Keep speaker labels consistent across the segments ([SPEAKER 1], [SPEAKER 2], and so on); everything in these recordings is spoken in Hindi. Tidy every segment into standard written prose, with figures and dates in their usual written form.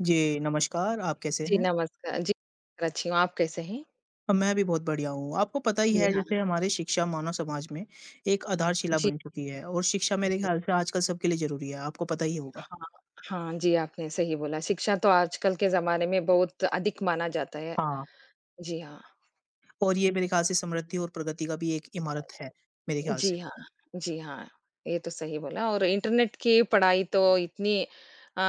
[SPEAKER 1] जी, नमस्कार, आप कैसे
[SPEAKER 2] जी,
[SPEAKER 1] हैं?
[SPEAKER 2] नमस्कार। जी, नमस्कार, अच्छी हूँ, आप कैसे हैं?
[SPEAKER 1] मैं भी बहुत बढ़िया हूँ। आपको पता ही
[SPEAKER 2] जी
[SPEAKER 1] है
[SPEAKER 2] हाँ,
[SPEAKER 1] जैसे हमारी शिक्षा मानव समाज में एक आधारशिला
[SPEAKER 2] जी,
[SPEAKER 1] बन चुकी है और शिक्षा मेरे
[SPEAKER 2] जी।
[SPEAKER 1] ख्याल से आजकल सबके लिए ज़रूरी है, आपको पता ही होगा।
[SPEAKER 2] हाँ, हाँ जी, आपने सही बोला, शिक्षा तो आजकल के ज़माने में बहुत अधिक माना जाता है।
[SPEAKER 1] हाँ,
[SPEAKER 2] जी हाँ।
[SPEAKER 1] और ये मेरे ख्याल से समृद्धि और प्रगति का भी एक इमारत है, मेरे ख्याल से।
[SPEAKER 2] जी हाँ, जी हाँ। ये तो सही बोला और इंटरनेट की पढ़ाई तो इतनी अ,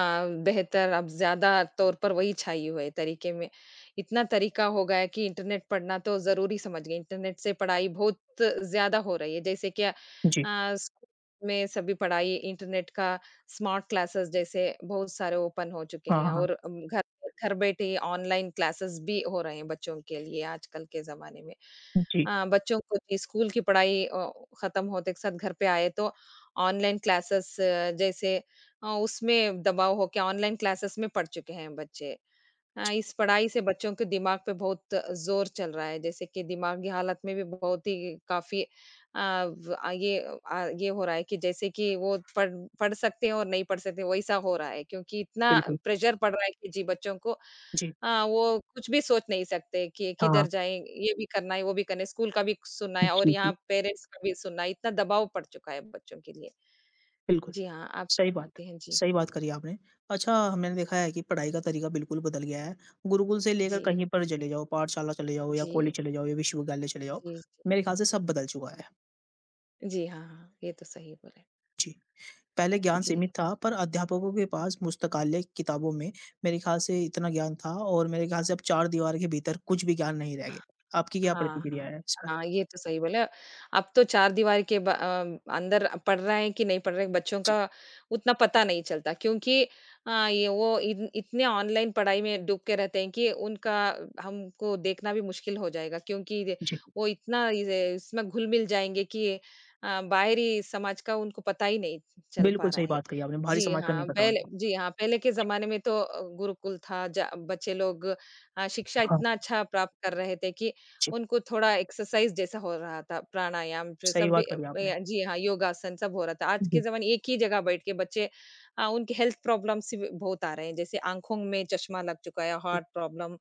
[SPEAKER 2] बेहतर अब ज़्यादा तौर पर वही छाई हुए तरीके में इतना तरीका हो गया है कि इंटरनेट पढ़ना तो ज़रूरी समझ गए। इंटरनेट से पढ़ाई बहुत ज़्यादा हो रही है। जैसे कि
[SPEAKER 1] जी।
[SPEAKER 2] स्कूल में सभी पढ़ाई इंटरनेट का स्मार्ट क्लासेस जैसे बहुत सारे ओपन हो चुके
[SPEAKER 1] हाँ,
[SPEAKER 2] हैं
[SPEAKER 1] हाँ। हाँ।
[SPEAKER 2] और घर घर बैठे ऑनलाइन क्लासेस भी हो रहे हैं बच्चों के लिए आजकल के ज़माने में।
[SPEAKER 1] जी,
[SPEAKER 2] बच्चों को जी, स्कूल की पढ़ाई खत्म होते के साथ घर पे आए तो ऑनलाइन क्लासेस जैसे उसमें दबाव हो के ऑनलाइन क्लासेस में पढ़ चुके हैं बच्चे। हाँ, इस पढ़ाई से बच्चों के दिमाग पे बहुत ज़ोर चल रहा है, जैसे कि दिमागी हालत में भी बहुत ही काफ़ी अ, व अ, ये हो रहा है कि जैसे कि वो पढ़ पढ़ सकते हैं और नहीं पढ़ सकते, वैसा हो रहा है क्योंकि इतना
[SPEAKER 1] बिल्कुल।
[SPEAKER 2] प्रेशर पड़ रहा है कि जी बच्चों को
[SPEAKER 1] जी,
[SPEAKER 2] वो कुछ भी सोच नहीं सकते कि किधर
[SPEAKER 1] हाँ।
[SPEAKER 2] जाएँ, ये भी करना है, वो भी करना है, स्कूल का भी सुनना है और
[SPEAKER 1] जी, जी,
[SPEAKER 2] यहाँ पेरेंट्स का भी सुनना है, इतना दबाव पड़ चुका है बच्चों के लिए।
[SPEAKER 1] बिल्कुल।
[SPEAKER 2] जी हाँ, आप
[SPEAKER 1] सही
[SPEAKER 2] क्या
[SPEAKER 1] बात।
[SPEAKER 2] मानते हैं? जी,
[SPEAKER 1] सही बात करी आपने। अच्छा हमने देखा है कि पढ़ाई का तरीका बिल्कुल बदल गया है। गुरुकुल से लेकर
[SPEAKER 2] जी,
[SPEAKER 1] कहीं पर चले जाओ, पाठशाला चले जाओ या
[SPEAKER 2] जी,
[SPEAKER 1] कॉलेज चले जाओ या विश्वविद्यालय चले जाओ,
[SPEAKER 2] जी, जी।
[SPEAKER 1] मेरे ख़्याल से सब बदल चुका है।
[SPEAKER 2] जी, हाँ, हाँ, ये तो सही बोले।
[SPEAKER 1] जी। पहले ज्ञान
[SPEAKER 2] जी।
[SPEAKER 1] सीमित था पर अध्यापकों के पास पुस्तकालय की किताबों में मेरे ख़्याल से इतना ज्ञान था और मेरे ख़्याल से अब 4 दीवार के भीतर कुछ भी ज्ञान नहीं रह गया। आपकी क्या
[SPEAKER 2] हाँ,
[SPEAKER 1] प्रतिक्रिया
[SPEAKER 2] हाँ।
[SPEAKER 1] है इस पर?
[SPEAKER 2] हाँ, ये तो सही बोले। अब तो चारदीवारी के अंदर पढ़ रहा है कि नहीं पढ़ रहा है, बच्चों
[SPEAKER 1] जी,
[SPEAKER 2] का उतना पता नहीं चलता क्योंकि ये वो इन इतने ऑनलाइन पढ़ाई में डूब के रहते हैं कि उनका हमको देखना भी मुश्किल हो जाएगा क्योंकि द
[SPEAKER 1] जी।
[SPEAKER 2] वो इतना इज़ इसमें घुल-मिल जाएँगे कि बाहरी समाज का उनको पता ही नहीं चल
[SPEAKER 1] बिल्कुल
[SPEAKER 2] पा रहा
[SPEAKER 1] सही
[SPEAKER 2] है।
[SPEAKER 1] बात कही आपने, बाहरी समाज का नहीं पता उन्हें।
[SPEAKER 2] जी हाँ, पहले के ज़माने में तो गुरुकुल था, ज बच्चे लोग शिक्षा
[SPEAKER 1] हाँ,
[SPEAKER 2] इतना अच्छा प्राप्त कर रहे थे कि
[SPEAKER 1] जी।
[SPEAKER 2] उनको थोड़ा एक्सरसाइज़ जैसा हो रहा था, प्राणायाम जो
[SPEAKER 1] सही
[SPEAKER 2] सब भी
[SPEAKER 1] बात
[SPEAKER 2] अ,
[SPEAKER 1] करी आपने।
[SPEAKER 2] य जी हाँ, योगासन सब हो रहा था। आज के
[SPEAKER 1] जी,
[SPEAKER 2] ज़माने एक ही जगह बैठ के बच्चे उनके हेल्थ प्रॉब्लम्स भी बहुत आ रहे हैं, जैसे आँखों में चश्मा लग चुका है, हार्ट प्रॉब्लम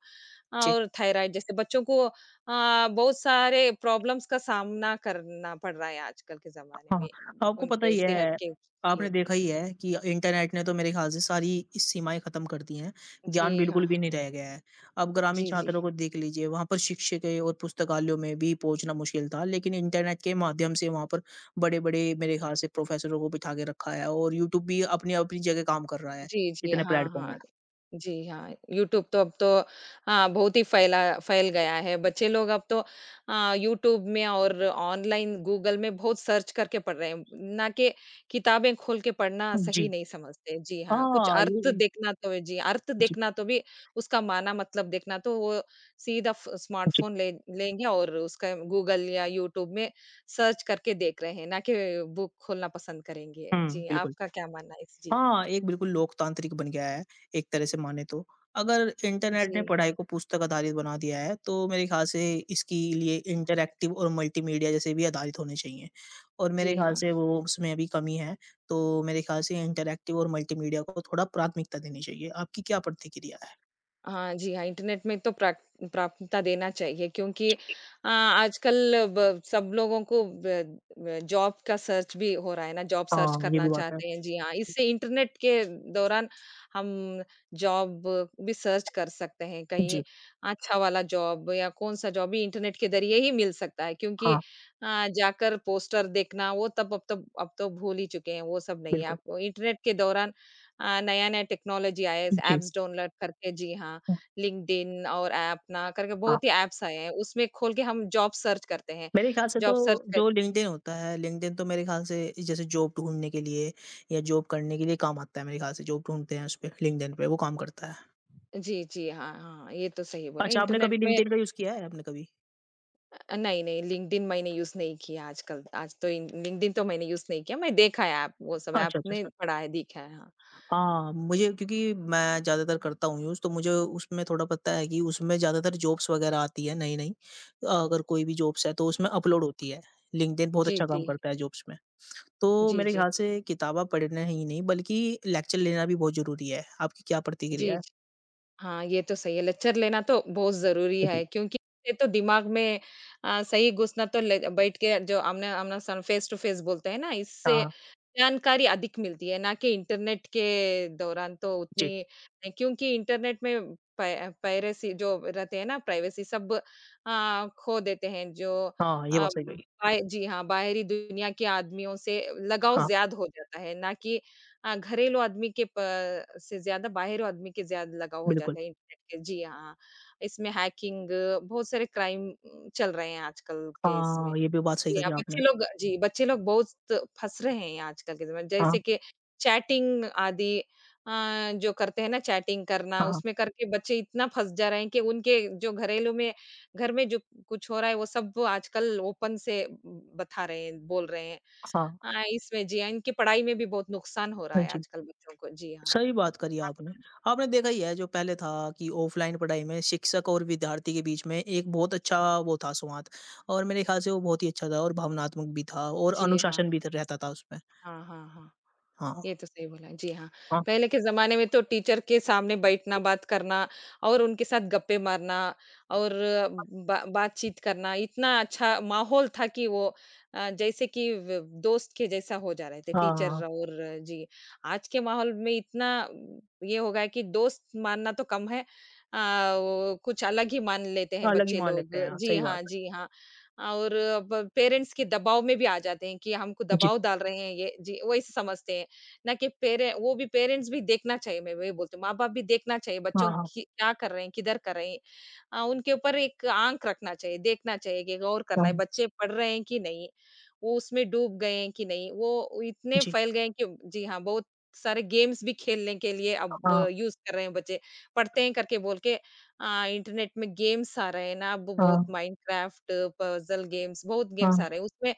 [SPEAKER 1] जी।
[SPEAKER 2] और थायराइड जैसे बच्चों को बहुत सारे प्रॉब्लम्स का सामना करना पड़ रहा है आजकल के ज़माने
[SPEAKER 1] हाँ,
[SPEAKER 2] में,
[SPEAKER 1] आपको पता
[SPEAKER 2] उनके
[SPEAKER 1] ही
[SPEAKER 2] सेहत
[SPEAKER 1] है,
[SPEAKER 2] के
[SPEAKER 1] आपने
[SPEAKER 2] लिए।
[SPEAKER 1] देखा ही है कि इंटरनेट ने तो मेरे ख़्याल से सारी सीमाएँ ख़त्म कर दी हैं, ज्ञान
[SPEAKER 2] जी
[SPEAKER 1] बिल्कुल
[SPEAKER 2] हाँ।
[SPEAKER 1] भी नहीं रह गया है। अब ग्रामीण
[SPEAKER 2] जी, जी।
[SPEAKER 1] छात्रों को देख लीजिए, वहाँ पर शिक्षकें और पुस्तकालयों में भी पहुँचना मुश्किल था, लेकिन इंटरनेट के माध्यम से वहाँ पर बड़े-बड़े मेरे ख़्याल से प्रोफ़ेसरों को बिठा के रखा है और यूट्यूब भी अपनी-अपनी जगह काम कर रहा है,
[SPEAKER 2] जी, जी।
[SPEAKER 1] इतने
[SPEAKER 2] हाँ,
[SPEAKER 1] प्लेटफ़ॉर्म
[SPEAKER 2] हाँ।
[SPEAKER 1] हैं।
[SPEAKER 2] जी हाँ, यूट्यूब तो अब तो हाँ, बहुत ही फैल गया है। बच्चे लोग अब तो यूट्यूब में और ऑनलाइन गूगल में बहुत सर्च करके पढ़ रहे हैं, ना कि किताबें खोल के पढ़ना
[SPEAKER 1] जी,
[SPEAKER 2] सही नहीं समझते। जी हाँ, कुछ
[SPEAKER 1] हाँ,
[SPEAKER 2] अर्थ
[SPEAKER 1] ये
[SPEAKER 2] देखना तो जी, अर्थ
[SPEAKER 1] जी,
[SPEAKER 2] देखना तो भी उसका माना मतलब देखना तो वो सीधा फ़
[SPEAKER 1] जी।
[SPEAKER 2] स्मार्टफ़ोन ले लेंगे और उसका गूगल या यूट्यूब में सर्च करके देख रहे हैं, ना कि बुक खोलना पसंद करेंगे।
[SPEAKER 1] हुँ,
[SPEAKER 2] जी,
[SPEAKER 1] बिल्कुल।
[SPEAKER 2] आपका क्या मानना है इस जी?
[SPEAKER 1] हाँ, एक बिल्कुल लोकतांत्रिक बन गया है, एक तरह से माने तो। अगर इंटरनेट ने
[SPEAKER 2] जी,
[SPEAKER 1] पढ़ाई को पुस्तक आधारित बना दिया है, तो मेरे ख़्याल से इसके लिए इंटरैक्टिव और मल्टीमीडिया जैसे भी आधारित होने चाहिए। और मेरे
[SPEAKER 2] जी
[SPEAKER 1] ख़्याल
[SPEAKER 2] हाँ।
[SPEAKER 1] से वो उसमें अभी कमी है, तो मेरे ख़्याल से इंटरैक्टिव और मल्टीमीडिया को थोड़ा प्राथमिकता देनी चाहिए। आपकी क्या प्रतिक्रिया है?
[SPEAKER 2] हाँ जी हाँ, इंटरनेट में तो प्राक प्राथमिकता देना चाहिए क्योंकि
[SPEAKER 1] जी,
[SPEAKER 2] आजकल ब सब लोगों को ब ब जॉब का सर्च भी हो रहा है ना, जॉब सर्च
[SPEAKER 1] हाँ, ये
[SPEAKER 2] करना
[SPEAKER 1] भी बात है।
[SPEAKER 2] चाहते हैं। जी हाँ, इससे इंटरनेट के दौरान हम जॉब भी सर्च कर सकते हैं,
[SPEAKER 1] जी,
[SPEAKER 2] कहीं अच्छा वाला जॉब या कौन-सा जॉब भी इंटरनेट के ज़रिए ही मिल सकता है क्योंकि
[SPEAKER 1] हाँ,
[SPEAKER 2] जाकर पोस्टर देखना वो तब अब तो भूल ही चुके हैं, वो सब नहीं है।
[SPEAKER 1] बिल्कुल।
[SPEAKER 2] आप इंटरनेट के दौरान नया-नया टेक्नोलॉजी आया है,
[SPEAKER 1] जी,
[SPEAKER 2] ऐप्स डाउनलोड करके जी हाँ,
[SPEAKER 1] हुँ,
[SPEAKER 2] लिंक्डइन और अपना करके
[SPEAKER 1] हाँ।
[SPEAKER 2] बहुत ही ऐप्स आए हैं, उसमें खोल के हम जॉब सर्च करते हैं।
[SPEAKER 1] मेरे ख्याल से तो
[SPEAKER 2] जॉब सर्च कर
[SPEAKER 1] जो लिंक्डइन होता है, लिंक्डइन तो मेरे ख़्याल से जैसे जॉब ढूँढने के लिए या जॉब करने के लिए काम आता है मेरे ख़्याल से, जॉब ढूँढते हैं उसपे लिंक्डइन पे, वो काम करता है।
[SPEAKER 2] जी, जी, हाँ, हाँ, ये तो सही बोले
[SPEAKER 1] अच्छा आपने
[SPEAKER 2] इंटरनेट
[SPEAKER 1] कभी
[SPEAKER 2] में।
[SPEAKER 1] लिंक्डइन का यूज़ किया है आपने कभी?
[SPEAKER 2] नहीं, नहीं लिंक्डइन मैंने यूज़ नहीं किया आजकल, आज तो इन लिंक्डइन तो मैंने यूज़ नहीं किया, मैं देखा है ऐप वो सब ऐप
[SPEAKER 1] अच्छा, अच्छा,
[SPEAKER 2] ने
[SPEAKER 1] अच्छा।
[SPEAKER 2] पढ़ा है, देखा है, हाँ।
[SPEAKER 1] हाँ, मुझे क्योंकि मैं ज़्यादातर करता हूँ यूज़, तो मुझे उसमें थोड़ा पता है कि उसमें ज़्यादातर जॉब्स वग़ैरह आती है नई-नई। अगर कोई भी जॉब्स है तो उसमें अपलोड होती है। लिंक्डइन बहुत
[SPEAKER 2] जी,
[SPEAKER 1] अच्छा काम
[SPEAKER 2] जी।
[SPEAKER 1] करता है जॉब्स में। तो
[SPEAKER 2] जी,
[SPEAKER 1] मेरे
[SPEAKER 2] जी।
[SPEAKER 1] ख्याल से किताबें पढ़ना ही नहीं बल्कि लेक्चर लेना भी बहुत ज़रूरी है। आपकी क्या प्रतिक्रिया
[SPEAKER 2] जी,
[SPEAKER 1] है?
[SPEAKER 2] जी। हाँ, ये तो सही है, लेक्चर लेना तो बहुत ज़रूरी
[SPEAKER 1] जी।
[SPEAKER 2] है क्योंकि ये तो दिमाग में सही घुसना तो ले बैठ के जो आमने-आमने सन फेस टू फेस बोलते हैं ना, इससे
[SPEAKER 1] हाँ।
[SPEAKER 2] जानकारी अधिक मिलती है, ना कि इंटरनेट के दौरान तो उतनी
[SPEAKER 1] जी।
[SPEAKER 2] नहीं, क्योंकि इंटरनेट में पै पायरेसी जो रहते हैं ना, प्राइवेसी सब खो देते हैं जो
[SPEAKER 1] हाँ, ये
[SPEAKER 2] अ,
[SPEAKER 1] बात सही कही।
[SPEAKER 2] बाय जी हाँ, बाहरी दुनिया के आदमियों से लगाव
[SPEAKER 1] हाँ,
[SPEAKER 2] ज़्यादा हो जाता है, ना कि हाँ, घरेलू आदमी के प से ज़्यादा बाहरी आदमी के ज़्यादा लगाव हो
[SPEAKER 1] बिल्कुल।
[SPEAKER 2] जाता है इंटरनेट के। जी हाँ, इसमें हैकिंग बहुत सारे क्राइम चल रहे हैं आजकल के इसमें।
[SPEAKER 1] हाँ, ये भी बात सही
[SPEAKER 2] जी
[SPEAKER 1] करी
[SPEAKER 2] हाँ,
[SPEAKER 1] आपने।
[SPEAKER 2] बच्चे लोग जी, बच्चे लोग बहुत फँस रहे हैं आजकल के ज़माने में।
[SPEAKER 1] हाँ,
[SPEAKER 2] जैसे कि चैटिंग आदि अ, जो करते हैं ना चैटिंग करना,
[SPEAKER 1] हाँ,
[SPEAKER 2] उसमें करके बच्चे इतना फँस जा रहे हैं कि उनके जो घरेलू में घर में जो कुछ हो रहा है, वो सब आजकल ओपन से बता रहे हैं, बोल रहे हैं।
[SPEAKER 1] हाँ,
[SPEAKER 2] हाँ, इसमें जी हाँ, इनकी पढ़ाई में भी बहुत नुकसान हो रहा
[SPEAKER 1] हाँ
[SPEAKER 2] है
[SPEAKER 1] जी।
[SPEAKER 2] आजकल बच्चों को। जी हाँ।
[SPEAKER 1] सही बात करी आपने।
[SPEAKER 2] अच्छा।
[SPEAKER 1] आपने देखा ही है जो पहले था कि ऑफ़लाइन पढ़ाई में शिक्षक और विद्यार्थी के बीच में एक बहुत अच्छा वो था संवाद और मेरे ख़्याल से वो बहुत ही अच्छा था और भावनात्मक भी था और
[SPEAKER 2] जी हाँ।
[SPEAKER 1] अनुशासन भी त रहता था उसमें।
[SPEAKER 2] हाँ, हाँ, हाँ।
[SPEAKER 1] हाँ,
[SPEAKER 2] ये तो सही बोला। जी हाँ,
[SPEAKER 1] हाँ,
[SPEAKER 2] पहले के ज़माने में तो टीचर के सामने बैठना, बात करना और उनके साथ गप्पे मारना और बा बातचीत करना, इतना अच्छा माहौल था कि वो जैसे कि व दोस्त के जैसा हो जा रहे थे
[SPEAKER 1] हाँ, हाँ,
[SPEAKER 2] टीचर और जी। आज के माहौल में इतना ये हो गया है कि दोस्त मानना तो कम है वो कुछ अलग ही मान लेते हैं
[SPEAKER 1] अलग ही
[SPEAKER 2] बच्चे
[SPEAKER 1] मान लेते
[SPEAKER 2] लोग।
[SPEAKER 1] हैं। हाँ,
[SPEAKER 2] जी
[SPEAKER 1] सही बात
[SPEAKER 2] हाँ,
[SPEAKER 1] है।
[SPEAKER 2] जी हाँ। और ब पेरेंट्स के दबाव में भी आ जाते हैं कि हमको
[SPEAKER 1] जी।
[SPEAKER 2] दबाव डाल रहे हैं ये। जी, वैसे समझते हैं। ना कि पेरे वो भी पेरेंट्स भी देखना चाहिए मैं वही बोलती हूँ, माँ-बाप भी देखना चाहिए
[SPEAKER 1] हाँ,
[SPEAKER 2] बच्चों
[SPEAKER 1] हाँ,
[SPEAKER 2] की क्या कर रहे हैं, किधर कर रहे हैं। उनके ऊपर एक आँख रखना चाहिए, देखना चाहिए कि गौर करना
[SPEAKER 1] हाँ,
[SPEAKER 2] है, बच्चे पढ़ रहे हैं कि नहीं? वो उसमें डूब गए हैं कि नहीं? वो इतने
[SPEAKER 1] जी।
[SPEAKER 2] फैल गए हैं कि जी हाँ, बहुत सारे गेम्स भी खेलने के लिए अब
[SPEAKER 1] हाँ,
[SPEAKER 2] यूज़ कर रहे हैं बच्चे, पढ़ते हैं करके बोल के इंटरनेट में गेम्स आ रहे हैं ना अब
[SPEAKER 1] हाँ,
[SPEAKER 2] बहुत माइनक्राफ्ट, पज़ल गेम्स, बहुत गेम्स
[SPEAKER 1] हाँ,
[SPEAKER 2] आ रहे हैं, उसमें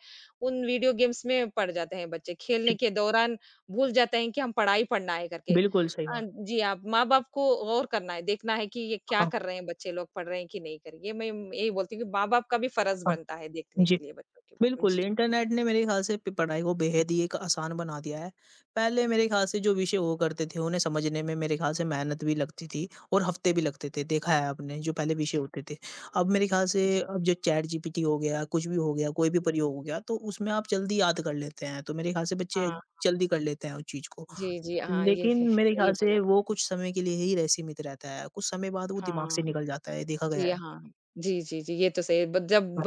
[SPEAKER 2] उन वीडियो गेम्स में पड़ जाते हैं बच्चे,
[SPEAKER 1] जी।
[SPEAKER 2] खेलने के दौरान भूल जाते हैं कि हम पढ़ाई पढ़ना है करके।
[SPEAKER 1] बिल्कुल सही
[SPEAKER 2] अ,
[SPEAKER 1] बात।
[SPEAKER 2] जी, आप माँ-बाप को गौर करना है, देखना है कि ये क्या
[SPEAKER 1] हाँ,
[SPEAKER 2] कर रहे हैं बच्चे लोग, पढ़ रहे हैं कि नहीं कर रहे। ये मैं यही बोलती हूँ कि माँ-बाप का भी फ़र्ज़
[SPEAKER 1] हाँ,
[SPEAKER 2] बनता है देखने
[SPEAKER 1] जी।
[SPEAKER 2] के लिए बच्चों के बारे में।
[SPEAKER 1] बिल्कुल,
[SPEAKER 2] जी।
[SPEAKER 1] इंटरनेट ने मेरे ख़्याल से प पढ़ाई को बेहद ही एक आसान बना दिया है। पहले मेरे ख़्याल से जो विषय हुआ करते थे, उन्हें समझने में मेरे ख़्याल से मेहनत भी लगती थी और हफ़्ते भी लगते थे, देखा है आपने, जो पहले विषय होते थे। अब मेरे ख़्याल से
[SPEAKER 2] जी,
[SPEAKER 1] अब जो चैटजीपीटी हो गया, कुछ भी हो गया, कोई भी
[SPEAKER 2] जी।
[SPEAKER 1] प्रयोग हो गया, तो उसमें आप जल्दी याद कर लेते हैं, तो मेरे ख़्याल से बच्चे
[SPEAKER 2] हाँ।
[SPEAKER 1] जल्दी कर लेते हैं उस चीज़ को।
[SPEAKER 2] जी, जी। हाँ, ये है।
[SPEAKER 1] लेकिन मेरे
[SPEAKER 2] सही
[SPEAKER 1] ख़्याल
[SPEAKER 2] बोले
[SPEAKER 1] से
[SPEAKER 2] आप।
[SPEAKER 1] वो कुछ समय के लिए ही रह सीमित रहता है, कुछ समय बाद वो दिमाग से
[SPEAKER 2] हाँ।
[SPEAKER 1] निकल जाता है, ये देखा गया
[SPEAKER 2] जी,
[SPEAKER 1] है।
[SPEAKER 2] हाँ। जी, जी, जी, ये तो सही है। बट जब
[SPEAKER 1] हाँ,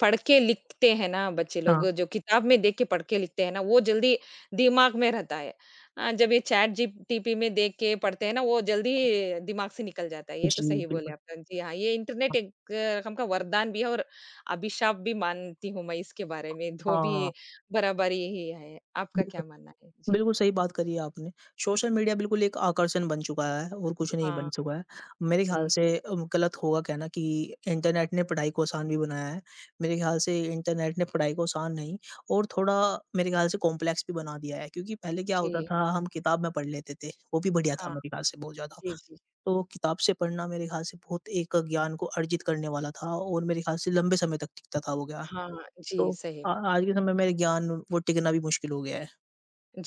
[SPEAKER 2] पढ़ के लिखते हैं ना बच्चे लोग,
[SPEAKER 1] हाँ।
[SPEAKER 2] जो किताब में देख के पढ़ के लिखते हैं ना, वो जल्दी दिमाग में रहता है। जब ये चैट जीपीटी में देख के पढ़ते हैं ना, वो जल्दी दिमाग से निकल जाता है। ये तो
[SPEAKER 1] जी,
[SPEAKER 2] सही बोले
[SPEAKER 1] बिल्कुल।
[SPEAKER 2] आप। जी हाँ, ये इंटरनेट
[SPEAKER 1] हाँ,
[SPEAKER 2] एक रकम का वरदान भी है और अभिशाप भी मानती हूँ मैं इसके बारे में, 2
[SPEAKER 1] हाँ।
[SPEAKER 2] भी बराबरी ही है। आपका क्या मानना है? जी।
[SPEAKER 1] बिल्कुल सही बात करी है आपने। सोशल मीडिया बिल्कुल एक आकर्षण बन चुका है और कुछ नहीं बन
[SPEAKER 2] हाँ,
[SPEAKER 1] चुका है। मेरे ख़्याल
[SPEAKER 2] जी।
[SPEAKER 1] से गलत होगा कहना कि इंटरनेट ने पढ़ाई को आसान भी बनाया है। मेरे ख़्याल से इंटरनेट ने पढ़ाई को आसान नहीं और थोड़ा मेरे ख़्याल से कॉम्प्लेक्स भी बना दिया है क्योंकि पहले क्या होता
[SPEAKER 2] जी,
[SPEAKER 1] था हम किताब में पढ़ लेते थे, वो भी बढ़िया था
[SPEAKER 2] हाँ।
[SPEAKER 1] मेरे ख़्याल से बहुत ज़्यादा।
[SPEAKER 2] जी, जी।
[SPEAKER 1] तो किताब से पढ़ना मेरे ख़्याल से बहुत एक ज्ञान को अर्जित करने वाला था और मेरे ख़्याल से लंबे समय तक टिकता था वो ज्ञान।
[SPEAKER 2] हाँ,
[SPEAKER 1] तो
[SPEAKER 2] जी, सही
[SPEAKER 1] आज के समय में ज्ञान वो टिकना भी मुश्किल हो गया है।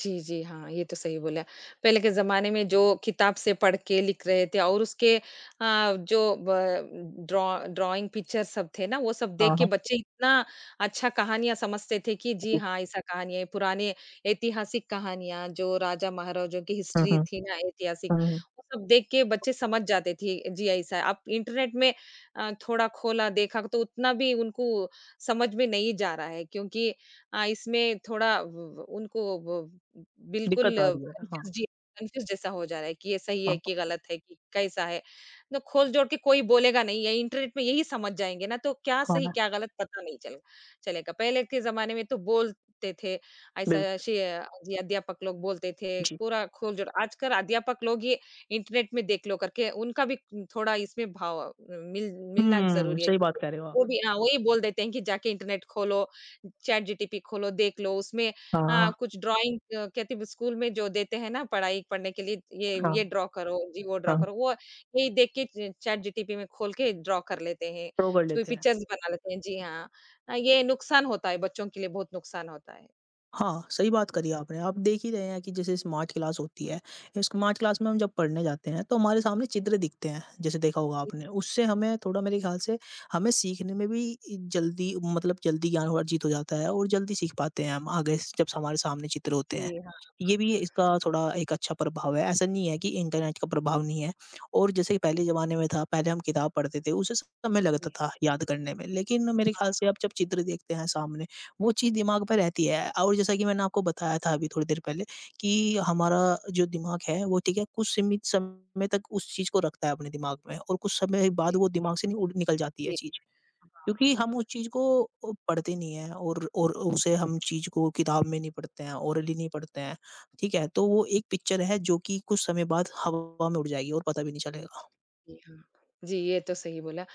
[SPEAKER 2] जी, जी, हाँ, ये तो सही बोला। पहले के ज़माने में जो किताब से पढ़ के लिख रहे थे और उसके जो ब ड्रॉ ड्राइंग पिक्चर सब थे ना, वो सब
[SPEAKER 1] हाँ,
[SPEAKER 2] देख के
[SPEAKER 1] हाँ।
[SPEAKER 2] बच्चे इतना अच्छा कहानियाँ समझते थे कि जी हाँ, ऐसा कहानी है। पुराने ऐतिहासिक कहानियाँ जो राजा-महाराजों की
[SPEAKER 1] हुँ,
[SPEAKER 2] हिस्ट्री
[SPEAKER 1] हुँ।
[SPEAKER 2] थी ना ऐतिहासिक,
[SPEAKER 1] हुँ,
[SPEAKER 2] वो सब देख के बच्चे समझ जाते थे, जी ऐसा है। अब इंटरनेट में थोड़ा खोला, देखा तो उतना भी उनको समझ में नहीं जा रहा है क्योंकि इसमें थोड़ा व उनको व बिल्कुल
[SPEAKER 1] दिक्कत आ रही है। हाँ,
[SPEAKER 2] कन्फ्यूज़ जी कन्फ्यूज़ जैसा हो जा रहा है कि ये सही है
[SPEAKER 1] हाँ,
[SPEAKER 2] कि गलत है कि कैसा है। ना खोल-जोड़ के कोई बोलेगा नहीं, ये इंटरनेट में यही समझ जाएँगे ना तो क्या
[SPEAKER 1] हाँ,
[SPEAKER 2] सही
[SPEAKER 1] हाँ,
[SPEAKER 2] क्या गलत पता नहीं चल चलेगा। पहले के ज़माने में तो बोलते थे, ऐसा
[SPEAKER 1] बिल्कुल,
[SPEAKER 2] शे जी अध्यापक लोग बोलते थे,
[SPEAKER 1] जी।
[SPEAKER 2] पूरा खोल-जोड़ आजकल अध्यापक लोग ये इंटरनेट में देख लो करके उनका भी थोड़ा इसमें भाव मिलना ज़रूरी है
[SPEAKER 1] सही बात
[SPEAKER 2] क्योंकि
[SPEAKER 1] कह रहे हो आप।
[SPEAKER 2] वो भी हाँ, वही बोल देते हैं कि जाके इंटरनेट खोलो चैट जीटीपी खोलो, देख लो उसमें
[SPEAKER 1] हाँ,
[SPEAKER 2] कुछ ड्राइंग कहते हैं स्कूल में जो देते हैं ना पढ़ाई पढ़ने के लिए
[SPEAKER 1] हाँ,
[SPEAKER 2] ये ड्रा करो जी, वो ड्रा
[SPEAKER 1] हाँ,
[SPEAKER 2] करो, वो यही देख के च चैट जीटीपी में खोल के ड्रा कर लेते हैं,
[SPEAKER 1] ड्रॉ कर
[SPEAKER 2] कोई
[SPEAKER 1] लेते हैं।
[SPEAKER 2] पिक्चर्स बना लेते हैं। जी हाँ, ये नुकसान होता है, बच्चों के लिए बहुत नुकसान होता है।
[SPEAKER 1] हाँ, सही बात करी आपने। आप देख ही रहे हैं कि जैसे स्मार्ट क्लास होती है, स्मार्ट क्लास में हम जब पढ़ने जाते हैं तो हमारे सामने चित्र दिखते हैं, जैसे देखा होगा
[SPEAKER 2] जी,
[SPEAKER 1] आपने। उससे हमें थोड़ा मेरे ख्याल से हमें सीखने में भी इ जल्दी मतलब जल्दी ज्ञान अर्जित हो जाता है और जल्दी सीख पाते हैं हम आगे स जब हमारे सामने चित्र होते हैं।
[SPEAKER 2] जी हाँ,
[SPEAKER 1] ये भी इसका थोड़ा एक अच्छा प्रभाव है, ऐसा नहीं है कि इंटरनेट का प्रभाव नहीं है और जैसे पहले ज़माने में था, पहले हम किताब पढ़ते थे, उसे समय लगता
[SPEAKER 2] जी,
[SPEAKER 1] था याद करने में, लेकिन मेरे ख्याल से
[SPEAKER 2] हाँ,
[SPEAKER 1] अब जब चित्र देखते हैं सामने वो चीज़ दिमाग पे रहती है और जैसा कि मैंने आपको बताया था अभी थोड़ी देर पहले कि हमारा जो दिमाग है वो ठीक है कुछ सीमित समय तक उस चीज़ को रखता है अपने दिमाग में और कुछ समय बाद
[SPEAKER 2] जी,
[SPEAKER 1] वो दिमाग से नि उड़ निकल जाती है
[SPEAKER 2] जी,
[SPEAKER 1] चीज़।
[SPEAKER 2] हाँ।
[SPEAKER 1] क्योंकि हम उस चीज़ को पढ़ते नहीं हैं और उसे हम चीज़ को किताब में नहीं पढ़ते हैं, ओरली नहीं पढ़ते हैं, ठीक है? तो वो एक पिक्चर है जो कि कुछ समय बाद हवा में उड़ जाएगी और पता भी नहीं चलेगा।
[SPEAKER 2] जी, हाँ। जी, ये तो सही बोला।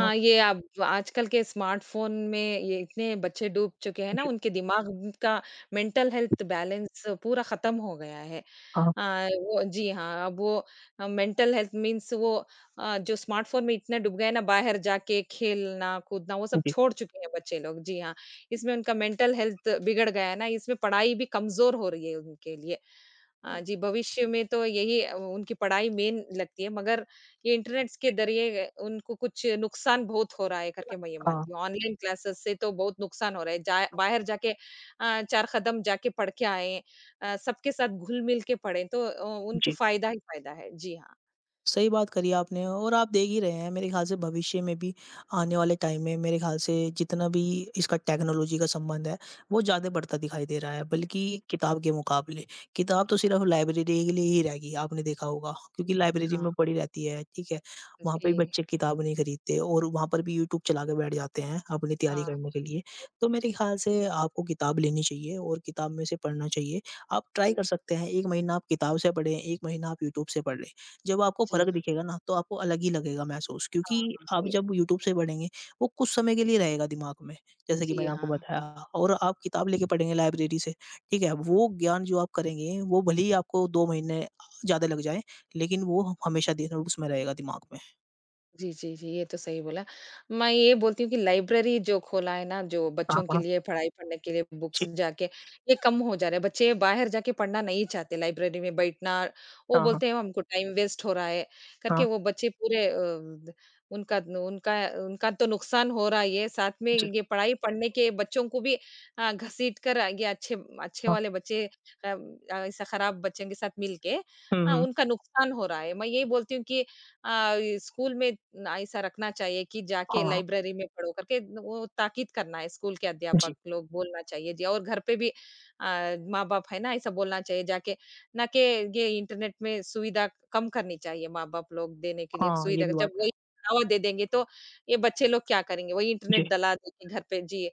[SPEAKER 1] हाँ
[SPEAKER 2] ये अब आजकल के स्मार्टफ़ोन में ये इतने बच्चे डूब चुके हैं ना,
[SPEAKER 1] जी।
[SPEAKER 2] उनके दिमाग का मेंटल हेल्थ बैलेंस पूरा ख़त्म हो गया है।
[SPEAKER 1] हाँ,
[SPEAKER 2] वो जी हाँ, अब वो मेंटल हेल्थ मीन्स वो जो स्मार्टफ़ोन में इतना डूब गए हैं ना, बाहर जाके खेलना, कूदना, वो सब
[SPEAKER 1] जी।
[SPEAKER 2] छोड़ चुके हैं बच्चे लोग। जी हाँ, इसमें उनका मेंटल हेल्थ बिगड़ गया है ना, इसमें पढ़ाई भी कमज़ोर हो रही है उनके लिए। हाँ जी, भविष्य में तो यही उनकी पढ़ाई मेन लगती है, मगर ये इंटरनेट्स के ज़रिए उनको कुछ नुकसान बहुत हो रहा है करके मैं ये
[SPEAKER 1] हाँ,
[SPEAKER 2] मानती हूँ। ऑनलाइन क्लासेस से तो बहुत नुकसान हो रहा है। जा बाहर जाके 4 कदम जाके पढ़ के आएँ सबके साथ घुल-मिल के पढ़ें, तो उनको
[SPEAKER 1] जी।
[SPEAKER 2] फ़ायदा ही फ़ायदा है। जी हाँ।
[SPEAKER 1] सही बात करी आपने और आप देख ही रहे हैं मेरे ख्याल से भविष्य में भी आने वाले टाइम में मेरे ख्याल से जितना भी इसका टेक्नोलॉजी का संबंध है वो ज़्यादा बढ़ता दिखाई दे रहा है बल्कि
[SPEAKER 2] जी
[SPEAKER 1] किताब के मुकाबले किताब तो सिर्फ लाइब्रेरी के लिए ही रह गई आपने देखा होगा क्योंकि लाइब्रेरी
[SPEAKER 2] हाँ,
[SPEAKER 1] में पड़ी रहती है ठीक है वहाँ पर भी
[SPEAKER 2] जी,
[SPEAKER 1] बच्चे किताब नहीं खरीदते और वहाँ पर भी यूट्यूब चला के बैठ जाते हैं अपनी तैयारी
[SPEAKER 2] हाँ।
[SPEAKER 1] करने के लिए तो मेरे ख्याल से आपको किताब लेनी चाहिए और किताब में से पढ़ना चाहिए आप ट्राई
[SPEAKER 2] जी,
[SPEAKER 1] कर सकते हैं एक महीना आप किताब से पढ़ें एक महीना आप यूट्यूब से पढ़ें जब आपको
[SPEAKER 2] जी,
[SPEAKER 1] फ़र्क
[SPEAKER 2] हाँ,
[SPEAKER 1] दिखेगा ना, तो आपको अलग ही लगेगा महसूस
[SPEAKER 2] हाँ।
[SPEAKER 1] क्योंकि आप
[SPEAKER 2] हाँ,
[SPEAKER 1] जब यूट्यूब से पढ़ेंगे, वो कुछ समय के लिए रहेगा दिमाग में, जैसे कि
[SPEAKER 2] जी,
[SPEAKER 1] मैंने आपको
[SPEAKER 2] हाँ।
[SPEAKER 1] बताया और आप किताब लेके पढ़ेंगे लाइब्रेरी से, ठीक है? वो ज्ञान जो आप करेंगे, वो भले ही आपको 2 महीने ज़्यादा लग जाएँ, लेकिन वो ह हमेशा दिन उसमें रहेगा दिमाग में।
[SPEAKER 2] जी, जी, जी, ये तो सही बोला। मैं ये बोलती हूँ कि लाइब्रेरी जो खोला है ना, जो
[SPEAKER 1] हाँ,
[SPEAKER 2] बच्चों के
[SPEAKER 1] हाँ।
[SPEAKER 2] लिए पढ़ाई पढ़ने के लिए
[SPEAKER 1] जी।
[SPEAKER 2] बुक्स जाके, ये कम हो जा रहा है। बच्चे बाहर जाके पढ़ना नहीं चाहते, लाइब्रेरी में बैठना, वो
[SPEAKER 1] हाँ, हाँ।
[SPEAKER 2] बोलते हैं हमको टाइम वेस्ट हो रहा है, करके
[SPEAKER 1] हाँ,
[SPEAKER 2] वो बच्चे पूरे अ, द उनका उनका उनका तो नुकसान हो रहा ही है, ये साथ में
[SPEAKER 1] जी।
[SPEAKER 2] ये पढ़ाई पढ़ने के बच्चों को भी घसीट कर ये अच्छे अच्छे
[SPEAKER 1] हाँ।
[SPEAKER 2] वाले बच्चे ऐसा खराब बच्चों के साथ मिलके
[SPEAKER 1] हुँ, हुँ।
[SPEAKER 2] उनका नुकसान हो रहा है। मैं यही बोलती हूँ कि स्कूल में ना ऐसा रखना चाहिए कि जाके
[SPEAKER 1] हाँ,
[SPEAKER 2] लाइब्रेरी में पढ़ो करके वो ताकीद करना है स्कूल के
[SPEAKER 1] जी।
[SPEAKER 2] अध्यापक लोग बोलना चाहिए जी। और घर पे भी माँ-बाप है ना ऐसा बोलना चाहिए जाके ना कि ये इंटरनेट में सुविधा कम करनी चाहिए माँ-बाप लोग देने के लिए
[SPEAKER 1] हाँ, ये
[SPEAKER 2] सुविधा
[SPEAKER 1] भी
[SPEAKER 2] जब
[SPEAKER 1] बात है।
[SPEAKER 2] वही बढ़ावा दे देंगे तो ये बच्चे लोग क्या करेंगे? वही इंटरनेट
[SPEAKER 1] जी।
[SPEAKER 2] डला देंगे घर पे जी।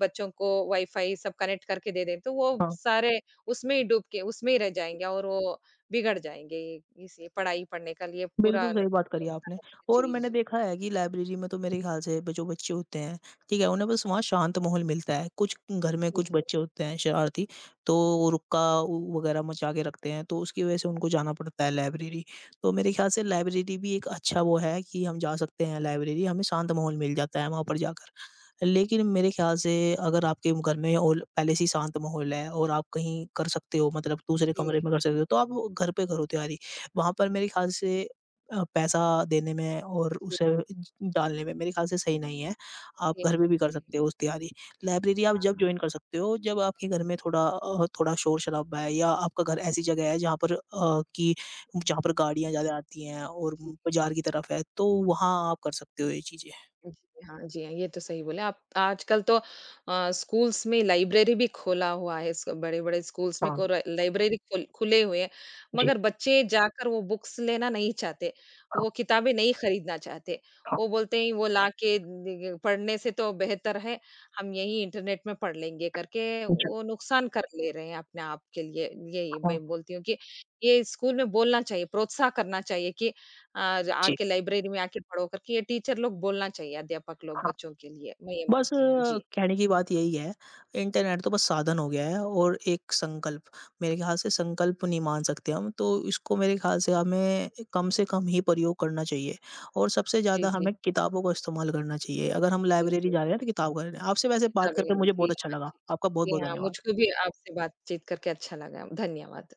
[SPEAKER 2] बच्चों को वाईफाई सब कनेक्ट करके दे दें तो वो
[SPEAKER 1] हाँ।
[SPEAKER 2] सारे उसमें ही डूब के उसमें ही रह जाएँगे और वो बिगड़ जाएँगे इसी पढ़ाई पढ़ने का लिए
[SPEAKER 1] बिल्कुल
[SPEAKER 2] पूरा।
[SPEAKER 1] सही बात करी आपने और
[SPEAKER 2] जी,
[SPEAKER 1] मैंने
[SPEAKER 2] जी।
[SPEAKER 1] देखा है कि लाइब्रेरी में तो मेरे ख्याल से ब जो बच्चे होते हैं, ठीक है? उन्हें बस वहाँ शांत माहौल मिलता है। कुछ घर में
[SPEAKER 2] जी,
[SPEAKER 1] कुछ
[SPEAKER 2] जी।
[SPEAKER 1] बच्चे होते हैं शरारती, तो वो रुक्का उ वगैरह मचा के रखते हैं, तो उसकी वजह से उनको जाना पड़ता है लाइब्रेरी। तो मेरे ख्याल से लाइब्रेरी भी एक अच्छा वो है कि हम जा सकते हैं लाइब्रेरी, हमें शांत माहौल मिल जाता है वहाँ पर जाकर। लेकिन मेरे ख्याल से अगर आपके घर में और पहले से ही शांत माहौल है और आप कहीं कर सकते हो मतलब दूसरे
[SPEAKER 2] जी,
[SPEAKER 1] कमरे में कर सकते हो, तो आप घर पे करो तैयारी। वहाँ पर मेरे ख्याल से पैसा देने में और
[SPEAKER 2] जी।
[SPEAKER 1] उसे ज डालने में मेरे ख़्याल से सही नहीं है। आप
[SPEAKER 2] जी,
[SPEAKER 1] घर पे भी कर
[SPEAKER 2] जी।
[SPEAKER 1] सकते हो उस तैयारी। लाइब्रेरी आप
[SPEAKER 2] हाँ,
[SPEAKER 1] जब जॉइन
[SPEAKER 2] हाँ।
[SPEAKER 1] कर सकते हो जब आपके घर में थोड़ा थोड़ा शोर-शराबा है या आपका घर ऐसी जगह है जहाँ पर कि जहाँ पर गाड़ियाँ ज़्यादा आती हैं और बाज़ार की तरफ है, तो वहाँ आप कर सकते हो ये चीज़ें।
[SPEAKER 2] जी हाँ, जी हाँ, ये तो सही बोले आप। आजकल तो स्कूल्स में लाइब्रेरी भी खोला हुआ है, स बड़े-बड़े स्कूल्स में
[SPEAKER 1] हाँ,
[SPEAKER 2] को र लाइब्रेरी खुले हुए हैं,
[SPEAKER 1] जी।
[SPEAKER 2] मगर बच्चे जाकर वो बुक्स लेना नहीं चाहते,
[SPEAKER 1] हाँ,
[SPEAKER 2] वो किताबें नहीं खरीदना चाहते।
[SPEAKER 1] हाँ।
[SPEAKER 2] वो बोलते हैं वो लाके द पढ़ने से तो बेहतर है, हम यहीं इंटरनेट में पढ़ लेंगे करके
[SPEAKER 1] जी,
[SPEAKER 2] वो नुकसान कर ले रहे हैं अपने आप के लिए। यही
[SPEAKER 1] हाँ,
[SPEAKER 2] मैं बोलती हूँ कि ये स्कूल में बोलना चाहिए, प्रोत्साहन करना चाहिए कि आज
[SPEAKER 1] जी,
[SPEAKER 2] आके लाइब्रेरी में आके पढ़ो करके ये टीचर लोग बोलना चाहिए, अध्यापक लोग
[SPEAKER 1] हाँ।
[SPEAKER 2] बच्चों के लिए, मैं ये
[SPEAKER 1] बस
[SPEAKER 2] मानती हूँ। जी।
[SPEAKER 1] कहने की बात यही है, इंटरनेट तो बस साधन हो गया है और एक संकल्प। मेरे ख़्याल से संकल्प नहीं मान सकते हम, तो इसको मेरे ख़्याल से हमें कम से कम ही प्रयोग करना चाहिए और सबसे
[SPEAKER 2] जी,
[SPEAKER 1] ज़्यादा
[SPEAKER 2] जी।
[SPEAKER 1] हमें किताबों का इस्तेमाल करना चाहिए। अगर हम
[SPEAKER 2] जी,
[SPEAKER 1] लाइब्रेरी
[SPEAKER 2] जी।
[SPEAKER 1] जा रहे हैं तो किताब का आपसे वैसे बात
[SPEAKER 2] किताबें
[SPEAKER 1] करके
[SPEAKER 2] लिखो।
[SPEAKER 1] मुझे बहुत
[SPEAKER 2] जी
[SPEAKER 1] अच्छा
[SPEAKER 2] हाँ,
[SPEAKER 1] लगा।
[SPEAKER 2] जी।
[SPEAKER 1] आपका
[SPEAKER 2] जी
[SPEAKER 1] बहुत-बहुत
[SPEAKER 2] हाँ,
[SPEAKER 1] धन्यवाद।
[SPEAKER 2] मुझको भी आपसे बातचीत करके अच्छा लगा। धन्यवाद।